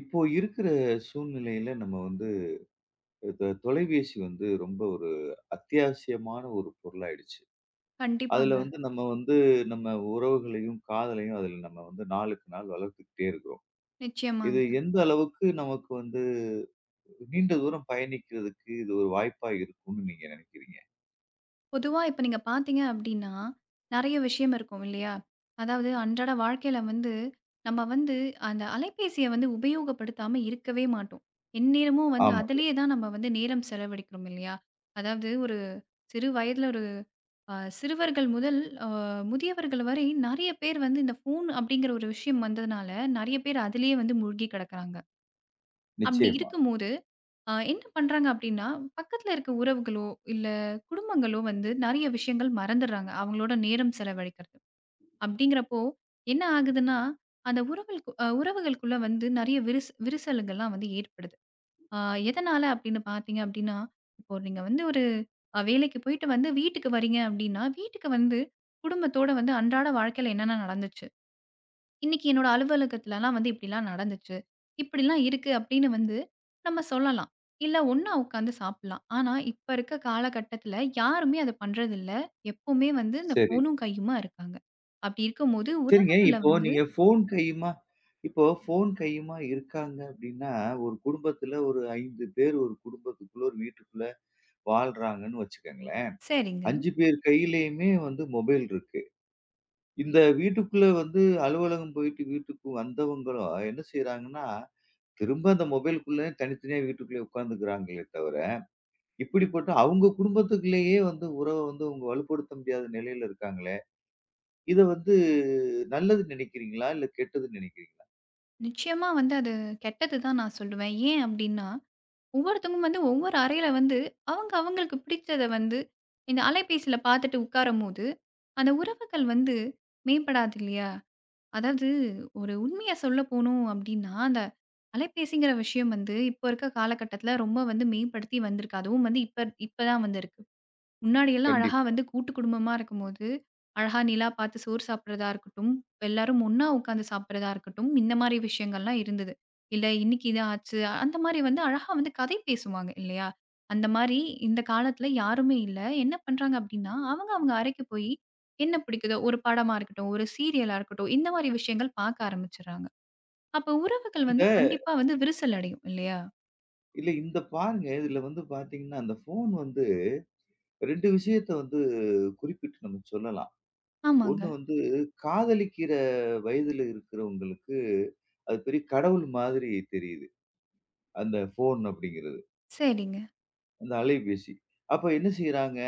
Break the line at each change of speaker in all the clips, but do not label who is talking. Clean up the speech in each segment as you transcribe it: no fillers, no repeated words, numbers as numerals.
இப்போ இருக்கிற சூழ்நிலையில நம்ம வந்து இந்த தொலைபேசி வந்து ரொம்ப ஒரு அத்தியாவசியமான ஒரு பொருளாயிடுச்சு. அதுல
கண்டிப்பாங்க.
வந்து நம்ம வந்து நம்ம உறவுகளையும், காதலையும் அதுல நம்ம வந்து நாளுக்கு நாள் வளர்த்துக்கிட்டே இருக்கிறோம். இது
நிச்சயமாங்க.
எந்த அளவுக்கு நமக்கு வந்து நீண்ட தூரம் பயணிக்கிறதுக்கு இது ஒரு வாய்ப்பா இருக்கும்னு நீங்க நினைக்கிறீங்க?
பொதுவா இப்ப நீங்க பார்த்தீங்க அப்டின்னா, நெறைய விஷயம் இருக்கும் இல்லையா? அதாவது அன்றாட வாழ்க்கையில வந்து, நம்ம வந்து அந்த அலைபேசிய வந்து உபயோகப்படுத்தாம இருக்கவே மாட்டோம். எந்நேரமும் வந்து
ஆமாங்க.
அதிலேயே தான் நம்ம வந்து நேரம் செலவழிக்கிறோம் இல்லையா? அதாவது ஒரு சிறு வயதில ஒரு சிறுவர்கள் முதல் அ முதியவர்கள் வரை நெறைய பேர் வந்து இந்த ஃபோன் அப்டிங்கிற ஒரு விஷயம் வந்ததுனால, நெறைய பேர் அதிலேயே வந்து மூழ்கி கிடக்குறாங்க. அப்டி
நிச்சயமா.
இருக்கும்போது என்ன பண்றாங்க அப்டின்னா, பக்கத்துல இருக்க உறவுகளோ, இல்ல குடும்பங்களோ வந்து நெறைய விஷயங்கள் மறந்துர்றாங்க. அவங்களோட நேரம் செலவழிக்கிறது. அப்டிங்கிறப்போ என்ன ஆகுதுன்னா, அந்த உறவுகள் உறவுகளுக்குள்ள வந்து நெறைய விரிசலுங்கள்லாம் வந்து ஏற்படுது. ஆ எதனால அப்டின்னு பார்த்தீங்க அப்டின்னா, இப்போ நீங்க வந்து ஒரு வேலைக்கு போயிட்டு வந்து வீட்டுக்கு வரீங்க அப்டின்னா, வீட்டுக்கு வந்து குடும்பத்தோட வந்து அன்றாட வாழ்க்கையில என்னென்ன நடந்துச்சு? இன்னைக்கு என்னோட அலுவலகத்துலலாம் வந்து இப்படிலாம் நடந்துச்சு. இப்படிலாம் இருக்கு அப்படின்னு வந்து நம்ம சொல்லலாம். இல்ல ஒண்ணா உட்காந்து சாப்பிடலாம். ஆனா இப்ப இருக்க காலகட்டத்துல யாருமே அத பண்றதில்ல. எப்பவுமே வந்து இந்த
சரி.
ஃபோனும் கையுமா இருக்காங்க. அப்படி இருக்கும்போது
சரிங்க.
உறவுகள்ல
இப்போ
வந்து
நீங்க ஃபோன் கையுமா இப்போ ஃபோன் கையுமா இருக்காங்க அப்படின்னா, ஒரு குடும்பத்துல ஒரு 5 பேர் ஒரு குடும்பத்துக்குள்ள, ஒரு வீட்டுக்குள்ள வாழ்றாங்கன்னு வச்சுக்கங்களேன்.
சரிங்க.
5 பேர் கையிலயுமே வந்து மொபைல் இருக்கு. இந்த வீட்டுக்குள்ள வந்து அலுவலகம் போயிட்டு வீட்டுக்கு வந்தவங்களும் என்ன செய்றாங்கன்னா, திரும்ப அந்த மொபைலுக்குள்ளே தனித்தனியா வீட்டுக்குள்ளேயே உட்காந்துக்கிறாங்களே தவிர, இப்படிப்பட்ட அவங்க குடும்பத்துக்குள்ளேயே வந்து உறவ வந்து அவங்க வலுப்படுத்த முடியாத நிலையில இருக்காங்களே, இத வந்து நல்லது நினைக்கிறீங்களா? இல்ல கெட்டது நினைக்கிறீங்களா?
நிச்சயமா வந்து அது கெட்டது தான் நான் சொல்லுவேன். ஏன் அப்படின்னா, ஒவ்வொருத்தவங்க வந்து ஒவ்வொரு அறையில வந்து அவங்க அவங்களுக்கு பிடிச்சத வந்து இந்த அலைபேசியில பார்த்துட்டு உட்காரும்போது, அந்த உறவுகள் வந்து மேம்படாது இல்லையா? அதாவது ஒரு உண்மைய சொல்ல போனோம் அப்டின்னா, அந்த அலைபேசிங்கிற விஷயம் வந்து இப்ப இருக்க காலகட்டத்தில ரொம்ப வந்து மேம்படுத்தி வந்திருக்கு. அதுவும் வந்து இப்ப இப்ப தான் வந்திருக்கு. முன்னாடியெல்லாம் அழகா
கண்டிப்பா.
வந்து கூட்டு குடும்பமா இருக்கும்போது, அழகா நிலா பார்த்து சோறு சாப்பிடுறதா இருக்கட்டும், எல்லாரும் ஒண்ணா உட்காந்து சாப்பிடுறதா இருக்கட்டும், இந்த மாரி விஷயங்கள்லாம் இருந்தது. இல்ல இன்னைக்கு இது ஆச்சு. அந்த மாரி வந்து அழகா வந்து கதை பேசுவாங்க இல்லையா? அந்த மாரி இந்த காலத்துல யாருமே இல்ல. என்ன பண்றாங்க அப்படின்னா, அவங்க அவங்க அறைக்கு போயி என்ன பிடிக்குதோ, ஒரு படமா இருக்கட்டும், ஒரு சீரியலா இருக்கட்டும், இந்த மாரி விஷயங்கள் பார்க்க ஆரம்பிச்சுடுறாங்க. அப்ப உறவுகள்
இந்த
வந்து கண்டிப்பா வந்து விரிசல் அடையும் இல்லையா?
இல்ல இந்த பாருங்க, இதுல வந்து பார்த்தீங்கன்னா, அந்த ஃபோன் வந்து 2 விஷயத்த வந்து குறிப்பிட்டு நம்ம சொல்லலாம்.
ஆமாங்க.
ஒண்ணு வந்து காதலிக்கிற வயதுல இருக்கிறவங்களுக்கு, அது பெரிய கடவுள் மாதிரி தெரியுது. அந்த ஃபோன் அப்படிங்கிறது.
சரிங்க.
அந்த அலைபேசி. அப்ப என்ன செய்றாங்க,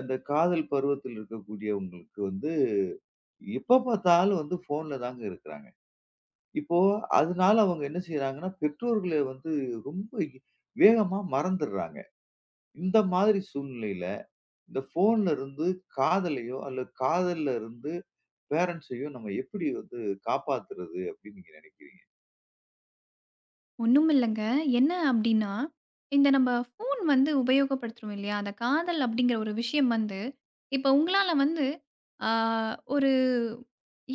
அந்த காதல் பருவத்தில் இருக்கக்கூடியவங்களுக்கு வந்து, எப்ப பார்த்தாலும் வந்து ஃபோன்ல தாங்க இருக்கிறாங்க. இப்போ அதனால அவங்க என்ன செய்றாங்கன்னா, பெற்றோர்கள வந்து ரொம்ப வேகமா மறந்துடுறாங்க. இந்த மாதிரி சூழ்நிலையில, இந்த ஃபோன்ல இருந்து காதலையோ அல்லது காதல்ல இருந்து பேரண்ட்ஸையும் நம்ம எப்படி வந்து காப்பாத்துறது அப்படின்னு நீங்க நினைக்கிறீங்க?
ஒண்ணும் இல்லங்க. என்ன அப்டின்னா, இந்த நம்ம ஃபோன் வந்து உபயோகப்படுத்துறோம் இல்லையா? அந்த காதல் அப்டிங்கிற ஒரு விஷயம் வந்து, இப்ப உங்களால வந்து ஆ ஒரு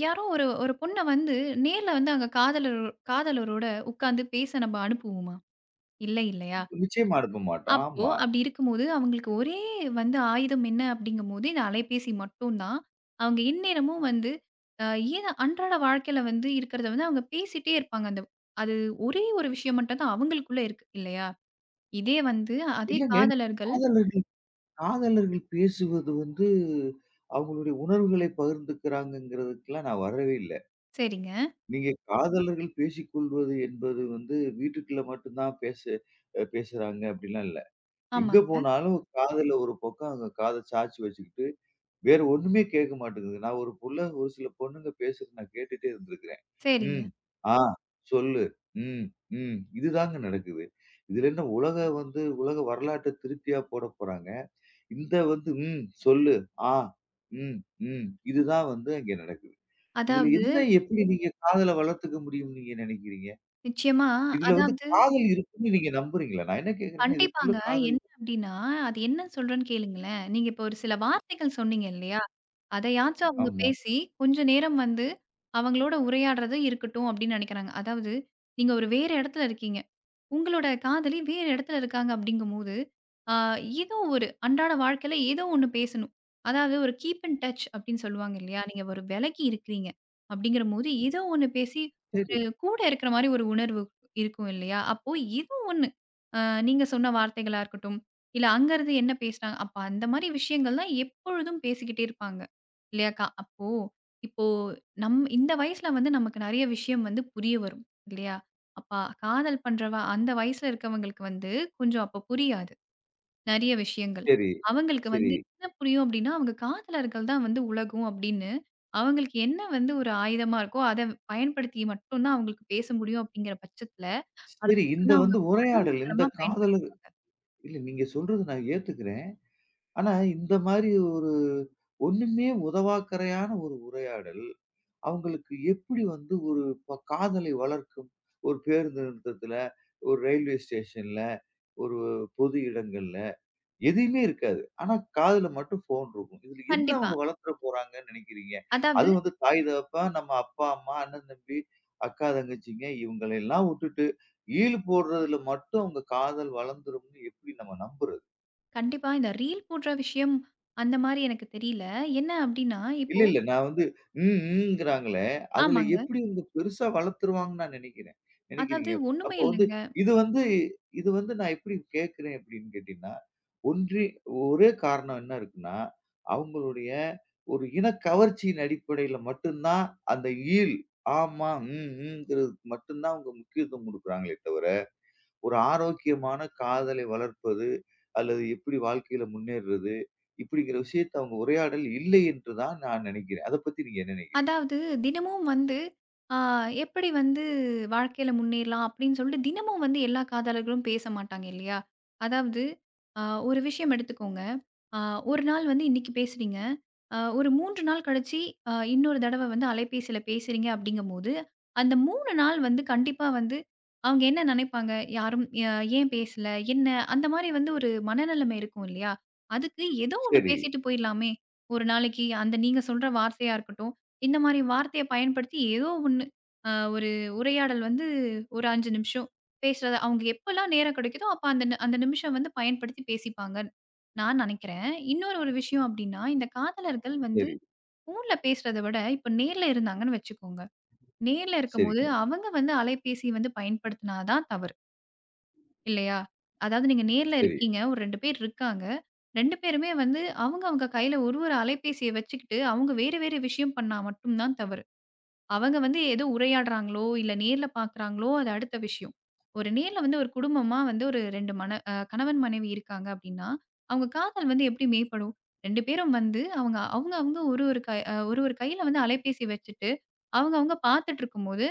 யாரோ ஒரு ஒரு பொண்ண வந்து நேர்ல வந்து அங்க காதலரோட உட்காந்து பேச நம்ம அனுப்புவோமா? இல்லை இல்லையா?
நிச்சயமா அனுப்ப மாட்டோம்.
அப்போ
ஆமா.
அப்படி இருக்கும்போது, அவங்களுக்கு ஒரே வந்து ஆயுதம் என்ன அப்படிங்கும்போது, இந்த அலைபேசி மட்டும் தான். அவங்க எந்நேரமும் வந்து அ ஏன் அன்றாட வாழ்க்கையில வந்து இருக்கிறத வந்து அவங்க பேசிட்டே இருப்பாங்க. அது ஒரே ஒரு விஷயம் மட்டும் தான் அவங்களுக்குள்ள இருக்கு இல்லையா? இதே வந்து அதே
இல்லங்க.
காதலர்கள்
காதலர்கள் காதலர்கள் பேசுவது வந்து அவங்களுடைய உணர்வுகளை பகிர்ந்துக்கிறாங்கங்கிறதுக்கெல்லாம் நான் வரவே இல்ல.
சரிங்க.
நீங்க காதலர்கள் பேசிக்கொள்வது என்பது வந்து வீட்டுக்குள்ள மட்டும் தான் பேசுறாங்க அப்படிலாம் இல்ல. எங்க
ஆமாங்க.
போனாலும் காதல ஒரு பக்கம் அங்க காத சாய்ச்சு வச்சுக்கிட்டு வேற ஒண்ணுமே கேட்க மாட்டேங்குது. நான் ஒரு புள்ள ஒரு சில பொண்ணுங்க பேசுறது நான் கேட்டுட்டே இருந்திருக்கிறேன்.
சரிங்க.
ம். ஆ. சொல்லு. ம். ம். இதுதாங்க நடக்குது. இதுல என்ன உலக வரலாற்ற திருப்தியா போடப் போறாங்க. இந்த வந்து ம். சொல்லு. ஆ. ம். ம். இதுதான் வந்து அங்க நடக்குது. இதுல
அதாவது
என்ன எப்படி நீங்க காதல வளர்த்துக்க முடியும்னு நீங்க நினைக்கிறீங்க?
நிச்சயமா
இதுல வந்து
அதாவது
காதல் இருக்குன்னு நீங்க நம்புறீங்களா? நான் என்ன கேட்கிறேன்னா, இதுக்குள்ள
கண்டிப்பாங்க.
காதல்
என்ன
இருக்கு.
அப்படின்னா, அது என்ன சொல்றேன்னு கேளுங்களேன். நீங்க இப்போ ஒரு சில வார்த்தைகள் சொன்னீங்க இல்லையா? அதையாச்சும் அவங்க
ஆமா.
பேசி, கொஞ்ச நேரம் வந்து அவங்களோட உரையாடுறது இருக்கட்டும் அப்படின்னு நினைக்கிறாங்க. அதாவது, நீங்க ஒரு வேற இடத்துல இருக்கீங்க. உங்களோட காதலி வேறு இடத்துல இருக்காங்க அப்படிங்கும்போது, ஆ ஏதோ ஒரு அன்றாட வாழ்க்கையில ஏதோ ஒண்ணு பேசணும். அதாவது ஒரு கீப் இன் டச் அப்படின்னு சொல்லுவாங்க இல்லையா? நீங்க ஒரு விலகி இருக்கிறீங்க அப்படிங்கிறபோது, ஏதோ ஒண்ணு பேசி
சரி,
ஒரு கூட இருக்கிற மாரி ஒரு உணர்வு இருக்கும் இல்லையா? அப்போ ஏதோ ஒண்ணு அ நீங்க சொன்ன வார்த்தைகளா இருக்கட்டும், இல்ல அங்கருந்து என்ன பேசினாங்க அப்ப அந்த மாரி விஷயங்கள் தான் எப்பொழுதும் பேசிக்கிட்டே இருப்பாங்க. இல்லையாக்கா? அப்போ இப்போ நம் இந்த வயசுல வந்து நமக்கு நெறைய விஷயம் வந்து புரிய வரும். இல்லையா? அப்ப காதல் பண்றவ அந்த வயசுல இருக்கவங்களுக்கு வந்து கொஞ்சம் அப்ப புரியாது. நெறைய விஷயங்கள்.
சரி,
அவங்களுக்கு
சரி,
வந்து என்ன புரியும் அப்டின்னா, அவங்க காதலர்கள் தான் வந்து உலகம் அப்டின்னு, அவங்களுக்கு என்ன வந்து ஒரு ஆயுதமா இருக்கோ, அத பயன்படுத்தி மட்டும் தான் அவங்களுக்கு பேச முடியும் அப்டிங்கிற பட்சத்துல, அத
சரி.
மட்டும்
இந்த
தான்
வந்து
அவங்க
உரையாடல், இந்த
கண்மூடித்தனமா பயன்படுத்த
காதல இல்ல நீங்க சொல்றது நான் ஏத்துக்கிறேன். ஆனா இந்த மாரி ஒரு ஒண்ணுமே உதவாக்கரையான ஒரு உரையாடல், அவங்களுக்கு எப்படி வந்து ஒரு காதலை வளர்க்கும்? ஒரு பேருந்து நிறுத்தத்துல, ஒரு ரயில்வே ஸ்டேஷன்ல, ஒரு பொது இடங்கள்ல எதுவுமே இருக்காது. ஆனா காதுல மட்டும் ஃபோன் இருக்கும். இதுல என்ன
கண்டிப்பா.
அவங்க வளர்த்துற போறாங்கன்னு நெனைக்கிறீங்க?
அதாவது
அதுவும் வந்து தாய் தகப்பன், நம்ம அப்பா, அம்மா, அண்ணன், தம்பி, அக்கா, தங்கச்சிங்க இவங்கள எல்லாம் வுட்டுட்டு ஈல் போடுறதுல மட்டும் அவங்க காதல் வளர்ந்துரும்னு எப்படி நம்ம நம்புறது?
கண்டிப்பா இந்த ரீல் போடுற விஷயம் அந்த மாரி எனக்கு தெரியல. என்ன அப்டின்னா இப்போ
இல்ல. நான் வந்து ம், ம்ங்கிறாங்களே, அதுல
ஆமாங்க.
எப்படி இவங்க பெருசா வளர்த்துருவாங்கன்னு நான் நினைக்கிறேன்.
அதாவது
நினைக்கிறீங்க?
ஒண்ணுமே
அப்போ வந்து
இல்லங்க.
இது வந்து இது வந்து நான் எப்படி கேட்கிறேன் அப்படின்னு கேட்டீங்கன்னா, ஒன்றி ஒரே காரணம் என்ன இருக்குன்னா, அவங்களுடைய ஒரு இனக்கவர்ச்சியின் அடிப்படையில மட்டும் தான் அந்த ஈல், ஆமா, ம், ம்ங்கிறதுக்கு மட்டும் தான் அவங்க முக்கியத்துவம் குடுக்குறாங்களே தவிர ஒரு ஆரோக்கியமான காதலை வளர்ப்பது, அல்லது எப்படி வாழ்க்கையில முன்னேறுறது, இப்படிங்கிற விஷயத்த அவங்க உரையாடல் இல்லை என்று தான் நான் நினைக்கிறேன். அத பத்தி நீங்க என்ன நினைக்கிறீங்க?
அதாவது தினமும் வந்து ஆ, எப்படி வந்து வாழ்க்கையில முன்னேறலாம் அப்படின்னு சொல்லிட்டு தினமும் வந்து எல்லா காதலர்களும் பேச மாட்டாங்க இல்லையா? அதாவது ஆ, ஒரு விஷயம் எடுத்துக்கோங்க. ஆ, ஒரு நாள் வந்து இன்னைக்கு பேசுறீங்க. ஒரு 3 நாள் கழிச்சு இன்னொரு தடவ வந்து அலைபேசியில பேசுறீங்க அப்படிங்கும்போது, அந்த 3 நாள் வந்து கண்டிப்பா வந்து அவங்க என்ன நெனைப்பாங்க? யாரும் ஏன் பேசல? என்ன? அந்த மாரி வந்து ஒரு மனநிலைமை இருக்கும் இல்லையா? அதுக்கு ஏதோ ஒண்ணு
சரி,
பேசிட்டு போயிடலாமே! ஒரு நாளைக்கு அந்த நீங்க சொல்ற வார்த்தையா இருக்கட்டும், இந்த மாரி வார்த்தைய பயன்படுத்தி ஏதோ ஒண்ணு ஒரு உரையாடல் வந்து ஒரு 5 நிமிஷம் பேசுறத அவங்க எப்பலாம் நேரம் கிடைக்குதோ, அப்ப அந்த அந்த நிமிஷம் வந்து பயன்படுத்தி பேசிப்பாங்க. நான் நெனைக்கிறேன். இன்னொரு ஒரு விஷயம் அப்டின்னா, இந்த காதலர்கள் வந்து
சரி,
ஃபோன்ல பேசுறத விட, இப்ப நேர்ல இருந்தாங்கன்னு வச்சுக்கோங்க. நேர்ல இருக்கும்போது
சரிங்க.
அவங்க வந்து அலைபேசி வந்து பயன்படுத்தினா தான் தவறு. இல்லையா? அதாவது நீங்க நேர்ல
சரி.
இருக்கீங்க. ஒரு 2 பேர் இருக்காங்க. 2 பேருமே வந்து அவங்க அவங்க கையில ஒரு ஒரு அலைபேசிய வச்சுக்கிட்டு, அவங்க வேறு வேறு விஷயம் பண்ணா மட்டும் தான் தவறு. அவங்க வந்து ஏதோ உரையாடுறாங்களோ, இல்ல நேர்ல பார்க்குறாங்களோ, அது அடுத்த விஷயம். ஒரு நேர்ல வந்து ஒரு குடும்பமா வந்து ஒரு 2 மன அ கணவன், மனைவி இருக்காங்க அப்படின்னா, அவங்க காதல் வந்து எப்படி மேம்படும்? 2 பேரும் வந்து அவங்க அவங்க அவங்க ஒரு ஒரு கை அ ஒரு ஒரு கையில வந்து அலைபேசி வச்சுட்டு, அவங்க அவங்க பார்த்துட்டு இருக்கும்போது,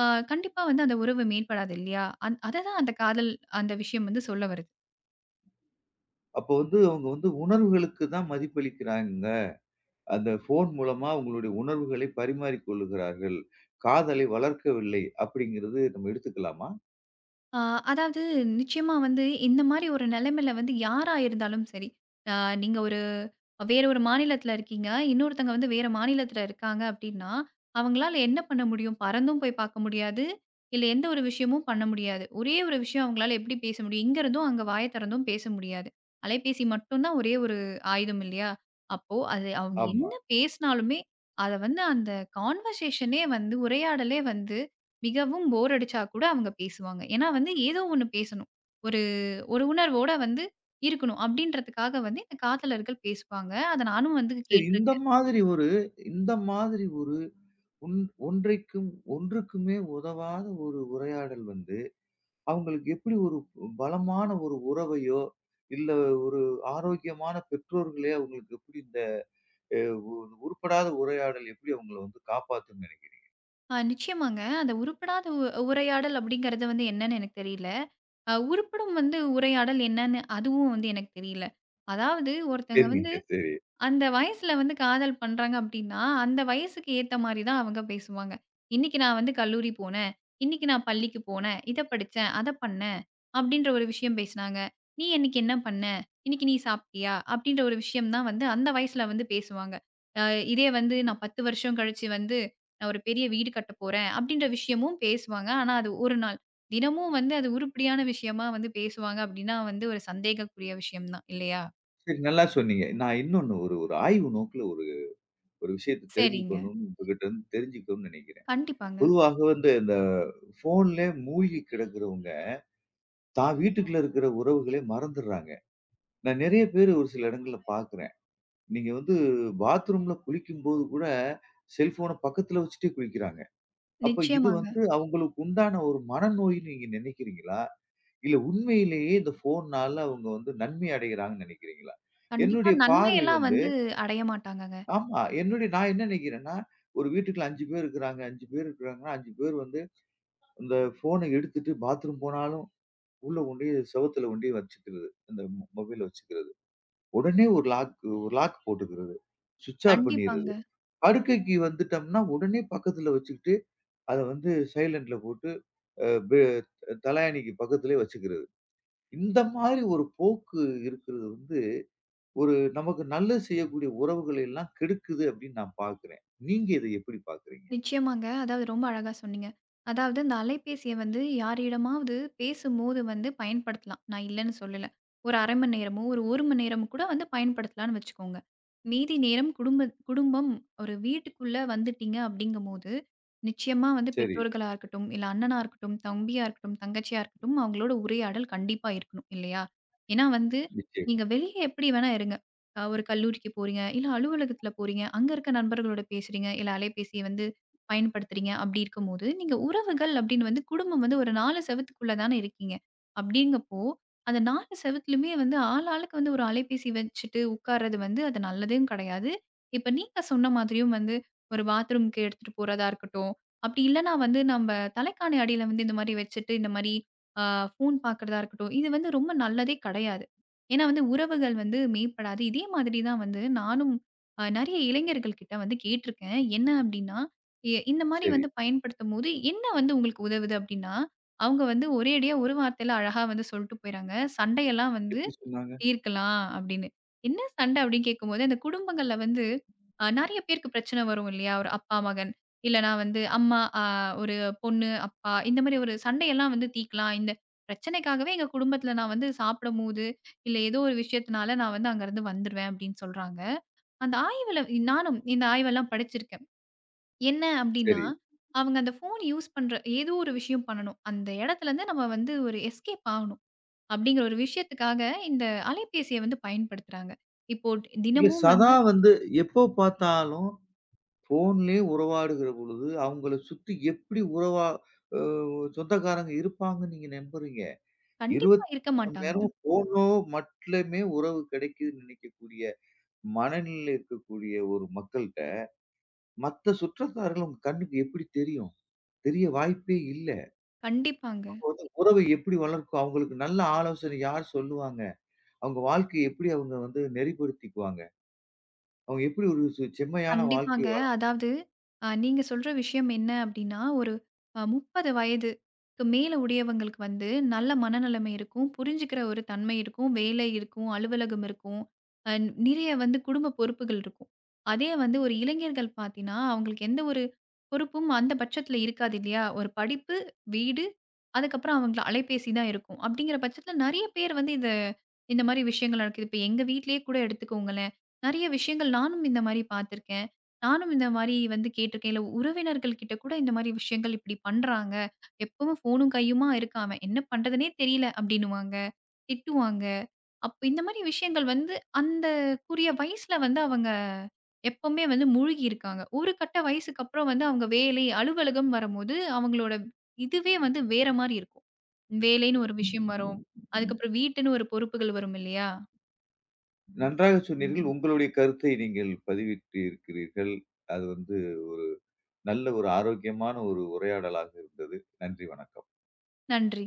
அ கண்டிப்பா வந்து அந்த உறவு மேம்படாது இல்லையா? அததான் அந்த காதல் அந்த விஷயம் வந்து சொல்ல வருது.
அப்போ வந்து அவங்க வந்து உணர்வுகளுக்கு தான் மதிப்பளிக்கிறாங்க. அந்த ஃபோன் மூலமா அவங்களுடைய உணர்வுகளை பரிமாறிக் கொள்ளுகிறார்கள். காதலை வளர்க்கவில்லை அப்படிங்கிறது நம்ம எடுத்துக்கலாமா?
ஆ, அதாவது நிச்சயமா வந்து இந்த மாதிரி ஒரு நிலைமையில வந்து யாரா இருந்தாலும் சரி, ஆ நீங்க ஒரு வேற ஒரு மாநிலத்தில இருக்கீங்க. இன்னொருத்தங்க வந்து வேற மாநிலத்தில இருக்காங்க அப்டின்னா, அவங்களால என்ன பண்ண முடியும்? பறந்தும் போய் பார்க்க முடியாது. இல்ல எந்த ஒரு விஷயமும் பண்ண முடியாது. ஒரே ஒரு விஷயம் அவங்களால எப்படி பேச முடியும்? இங்க இருந்தும் அங்க வாய திறந்தும் பேச முடியாது. அலைபேசி மட்டும் தான் ஒரே ஒரு ஆயுதம் இல்லையா? அப்போ அது அவங்க
ஆமா.
என்ன பேசினாலுமே, அத வந்து அந்த கான்வர்சேஷனே வந்து உரையாடலே வந்து மிகவும் போர் அடிச்சா கூட அவங்க பேசுவாங்க. ஏன்னா வந்து ஏதோ ஒண்ணு பேசணும். ஒரு ஒரு உணர்வோட வந்து இருக்கணும் அப்படின்றதுக்காக வந்து இந்த காதலர்கள் பேசுவாங்க. அத நானும் வந்து
சரி இந்த
கேட்டுருக்கேன்.
மாதிரி ஒரு இந்த மாதிரி ஒரு ஒன் ஒன்றைக்கும் ஒன்றுக்குமே உதவாத ஒரு உரையாடல் வந்து அவங்களுக்கு எப்படி ஒரு பலமான ஒரு உறவையோ, இல்ல ஒரு ஆரோக்கியமான பெற்றோர்களே அவங்களுக்கு எப்படி இந்த அ உருப்படாத உரையாடல் எப்படி அவங்கள வந்து காப்பாத்தும்ன்னு நினைக்கிறீங்க?
நிச்சயமாங்க. அந்த உருப்படாத உரையாடல் அப்படிங்கிறது வந்து என்னன்னு எனக்கு தெரியல. உருப்படும் வந்து உரையாடல் என்னன்னு அதுவும் வந்து எனக்கு தெரியல. அதாவது ஒருத்தங்க வந்து
சரிங்க. சரி.
அந்த வயசுல வந்து காதல் பண்றாங்க அப்டின்னா, அந்த வயசுக்கு ஏத்த மாரி தான் அவங்க பேசுவாங்க. இன்னைக்கு நான் வந்து கல்லூரி போனேன். இன்னைக்கு நான் பள்ளிக்கு போனேன். இத படிச்சேன், அத பண்ணேன் அப்டின்ற ஒரு விஷயம் பேசுனாங்க. "நீ இன்னைக்கு என்ன பண்ண? இன்னைக்கு நீ சாப்ட்டியா?" அப்டின்ற ஒரு விஷயம் தான் வந்து அந்த வயசுல வந்து பேசுவாங்க. அ இதே வந்து நான் 10 வருஷம் கழிச்சு வந்து நான் ஒரு பெரிய வீடு கட்டப் போறேன் அப்டின்ற விஷயமும் பேசுவாங்க. ஆனா அது ஒரு நாள். தினமும் வந்து அது உருப்படியான விஷயமா வந்து பேசுவாங்க அப்டின்னா வந்து ஒரு சந்தேகக்குரிய விஷயம் தான் இல்லையா?
சரி நல்லா சொன்னீங்க. நான் இன்னொன்னு ஒரு ஒரு ஆய்வு நோக்குல ஒரு ஒரு விஷயத்த
சரிங்க.
தெரிஞ்சுக்கணும்னு உங்ககிட்ட இருந்து தெரிஞ்சுக்கணும்னு நினைக்கிறேன்.
கண்டிப்பாங்க.
பொதுவாக வந்து இந்த ஃபோன்லே மூழ்கி கிடக்கிறவங்க, தான் வீட்டுக்குள்ள இருக்கிற உறவுகளே மறந்துடுறாங்க. நான் நெறைய பேரு ஒரு சில இடங்கள்ல பார்க்கிறேன். நீங்க வந்து பாத்ரூம்ல குளிக்கும்போது கூட செல்ஃபோன பக்கத்துல வச்சுட்டே குளிக்கிறாங்க. அப்ப இது
நிச்சயமாங்க.
வந்து அவங்களுக்கு உண்டான ஒரு மனநோய்ன்னு நீங்க நினைக்கிறீங்களா? இல்ல உண்மையிலேயே இந்த ஃபோன்னால அவங்க வந்து நன்மை அடைகிறாங்கன்னு நினைக்கிறீங்களா?
கண்டிப்பா
என்னுடைய பார்வை
நன்மையெல்லாம்
வந்து
வந்து அடைய மாட்டாங்கங்க.
ஆமா. நான் என்ன நினைக்கிறேன்னா, ஒரு வீட்டுக்குள்ள 5 பேர் இருக்கிறாங்க, 5 பேர் இருக்கிறாங்கன்னா, 5 பேர் வந்து இந்த ஃபோன எடுத்துட்டு பாத்ரூம் போனாலும் உள்ள கொண்டோய் செவுத்துல கொண்டோய் வச்சுக்கிறது. அந்த மொபைல வச்சுக்கிறது. உடனே ஒரு லாக் போட்டுக்கிறது. ஸ்விட்ச் ஆஃப்
கண்டிப்பாங்க.
பண்ணிர்றது. படுக்கைக்கு வந்துட்டோம்னா, உடனே பக்கத்துல வச்சுக்கிட்டு அத வந்து சைலன்ட்ல போட்டு அ பெ தலாயணைக்கு பக்கத்திலேயே வச்சுக்கிறது. இந்த மாதிரி ஒரு போக்கு இருக்கிறது வந்து, ஒரு நமக்கு நல்லது செய்யக்கூடிய உறவுகளை எல்லாம் கெடுக்குது அப்படின்னு நான் பார்க்கிறேன். நீங்க இதை எப்படி பார்க்கிறீங்க?
நிச்சயமாங்க. அதாவது ரொம்ப அழகா சொன்னீங்க. அதாவது அந்த அலைபேசிய வந்து யாரிடமாவது பேசும்போது வந்து பயன்படுத்தலாம். நான் இல்லன்னு சொல்லல. ஒரு 1/2 மணி நேரமோ, ஒரு 1 மணி நேரமோ கூட வந்து பயன்படுத்தலான்னு வச்சுக்கோங்க. மீதி நேரம் குடும்பம் ஒரு வீட்டுக்குள்ள வந்துட்டீங்க அப்படிங்கும்போது, நிச்சயமா வந்து
சரி.
பெற்றோர்களா இருக்கட்டும், இல்ல அண்ணனா இருக்கட்டும், தம்பியா இருக்கட்டும், தங்கச்சியா இருக்கட்டும், அவங்களோட உரையாடல் கண்டிப்பா இருக்கணும் இல்லையா? ஏன்னா வந்து
நிச்சயமா.
நீங்க வெளிய எப்படி வேணா இருங்க. ஒரு கல்லூரிக்கு போறீங்க, இல்ல அலுவலகத்துல போறீங்க, அங்க இருக்க நண்பர்களோட பேசுறீங்க, இல்ல அலைபேசிய வந்து பயன்படுத்துறீங்க. அப்படி இருக்கும்போது, நீங்க உறவுகள் அப்படின்னு வந்து குடும்பம் வந்து ஒரு 4 செவுத்துக்குள்ள தானே இருக்கீங்க. அப்படிங்கப்போ, அந்த 4 செவுத்துலயுமே வந்து ஆளாளுக்கு வந்து ஒரு அலைபேசி வச்சுட்டு உட்கார்றது வந்து அது நல்லதும் கிடையாது. இப்ப நீங்க சொன்ன மாதிரியும் வந்து ஒரு பாத்ரூம்க்கு எடுத்துட்டு போறதா இருக்கட்டும், அப்படி இல்லன்னா வந்து நம்ம தலைக்காணி அடியில வந்து இந்த மாரி வச்சுட்டு இந்த மாரி அ ஃபோன் பார்க்குறதா இருக்கட்டும், இது வந்து ரொம்ப நல்லதே கிடையாது. ஏன்னா வந்து உறவுகள் வந்து மேம்படாது. இதே மாதிரி தான் வந்து நானும் நெறைய இளைஞர்கள் கிட்ட வந்து கேட்டுருக்கேன். என்ன அப்படின்னா, இந்த மாரி
சரி.
வந்து பயன்படுத்தும்போது, என்ன வந்து உங்களுக்கு உதவுது அப்டின்னா, அவங்க வந்து ஒரேடியா ஒரு வார்த்தையில அழகா வந்து சொல்ட்டு போயிறாங்க. சண்டையெல்லாம் வந்து
எப்படி சொன்னாங்க?
தீர்க்கலாம் அப்டின்னு. என்ன சண்ட அப்டின்னு கேட்கும்போது, அந்த குடும்பங்கள்ல வந்து நெறைய பேருக்கு பிரச்சனை வரும் இல்லையா? ஒரு அப்பா, மகன் இல்லனா வந்து அம்மா, ஒரு பொண்ணு, அப்பா இந்த மாரி ஒரு சண்டையெல்லாம் வந்து தீர்க்கலாம். இந்த பிரச்சனைக்காகவே எங்க குடும்பத்துல நான் வந்து சாப்பிடும்போது, இல்ல ஏதோ ஒரு விஷயத்தினால நான் வந்து அங்கருந்து வந்துருவேன் அப்டின்னு சொல்றாங்க. அந்த ஆய்வுல நானும் இந்த ஆய்வெல்லாம் படிச்சிருக்கேன். என்ன அப்டின்னா,
சரி.
அவங்க அந்த ஃபோன் யூஸ் பண்ற ஏதோ ஒரு விஷயம் பண்ணணும். அந்த இடத்துலருந்து நம்ம வந்து ஒரு எஸ்கேப் ஆகணும். அப்டிங்கிற ஒரு விஷயத்துக்காக இந்த அலைபேசிய வந்து பயன்படுத்துறாங்க. இப்போ
இல்ல
தினமும்
சதா
வந்து
வந்து எப்போ பார்த்தாலும் ஃபோன்லயே உறவாடுகிற பொழுது, அவங்கள சுத்தி எப்படி உறவா அ சொந்தக்காரங்க இருப்பாங்கன்னு நீங்க நம்புறீங்க?
கண்டிப்பா இருக்க
24 மணி
மாட்டாங்க.
நேரமும் ஃபோனோ மட்டுமே உறவு கிடைக்குதுன்னு நினைக்கக்கூடிய மனநிலையில இருக்கக்கூடிய ஒரு மக்கள்ட்ட, மத்த சுற்றத்தார்கள் உங்க கண்ணுக்கு எப்படி தெரியும்? தெரிய வாய்ப்பே இல்ல.
கண்டிப்பாங்க.
அப்போ வந்து உறவை எப்படி வளர்க்கும்? அவங்களுக்கு நல்ல ஆலோசனை யார் சொல்லுவாங்க? அவங்க வாழ்க்கைய எப்படி அவங்க வந்து நெறிப்படுத்திக்குவாங்க? அவங்க எப்படி ஒரு செம்மையான வாழ்க்கை
கண்டிப்பாங்க.
வாழ
அதாவது நீங்க சொல்ற விஷயம் என்ன அப்டின்னா, ஒரு 30 வயதுக்கு மேல உடையவங்களுக்கு வந்து நல்ல மனநிலைமை இருக்கும். புரிஞ்சுக்கிற ஒரு தன்மை இருக்கும். வேலை இருக்கும், அலுவலகம் இருக்கும். அ நிறைய வந்து குடும்ப பொறுப்புகள் இருக்கும். அதே வந்து ஒரு இளைஞர்கள் பார்த்தீன்னா, அவங்களுக்கு எந்த ஒரு பொறுப்பும் அந்த பட்சத்தில இருக்காது இல்லையா? ஒரு படிப்பு, வீடு, அதுக்கப்புறம் அவங்கள அலைபேசி தான் இருக்கும். அப்டிங்கிற பட்சத்தில நெறைய பேர் வந்து இத இந்த மாரி விஷயங்கள் நடக்குது. இப்ப எங்க வீட்லயே கூட எடுத்துக்கோங்களேன். நெறைய விஷயங்கள் நானும் இந்த மாரி பார்த்துருக்கேன். நானும் இந்த மாரி வந்து கேட்டுருக்கேன். இல்ல உறவினர்கள் கிட்ட கூட இந்த மாரி விஷயங்கள் இப்படி பண்றாங்க. எப்பவும் ஃபோனும் கையுமா இருக்காம, என்ன பண்றதுன்னே தெரியல அப்படின்னுவாங்க, திட்டுவாங்க. அப்ப இந்த மாரி விஷயங்கள் வந்து அந்த குறிய வயசுல வந்து அவங்க எப்பவுமே வந்து மூழ்கி இருக்காங்க. ஒரு கட்ட வயசுக்கு அப்புறம் வந்து அவங்க வேலை, அலுவலகம் வரும்போது அவங்களோட இதுவே வந்து வேற மாரி இருக்கும். வேலைன்னு ஒரு விஷயம் வரும். அதுக்கப்புறம் வீட்டுன்னு ஒரு பொறுப்புகள் வரும் இல்லையா?
நன்றாக சொன்னீர்கள். உங்களுடைய கருத்தை நீங்கள் பதிவிட்டு இருக்கிறீர்கள். அது வந்து ஒரு நல்ல ஒரு ஆரோக்கியமான ஒரு உரையாடலாக இருந்தது. நன்றி, வணக்கம்.
நன்றி.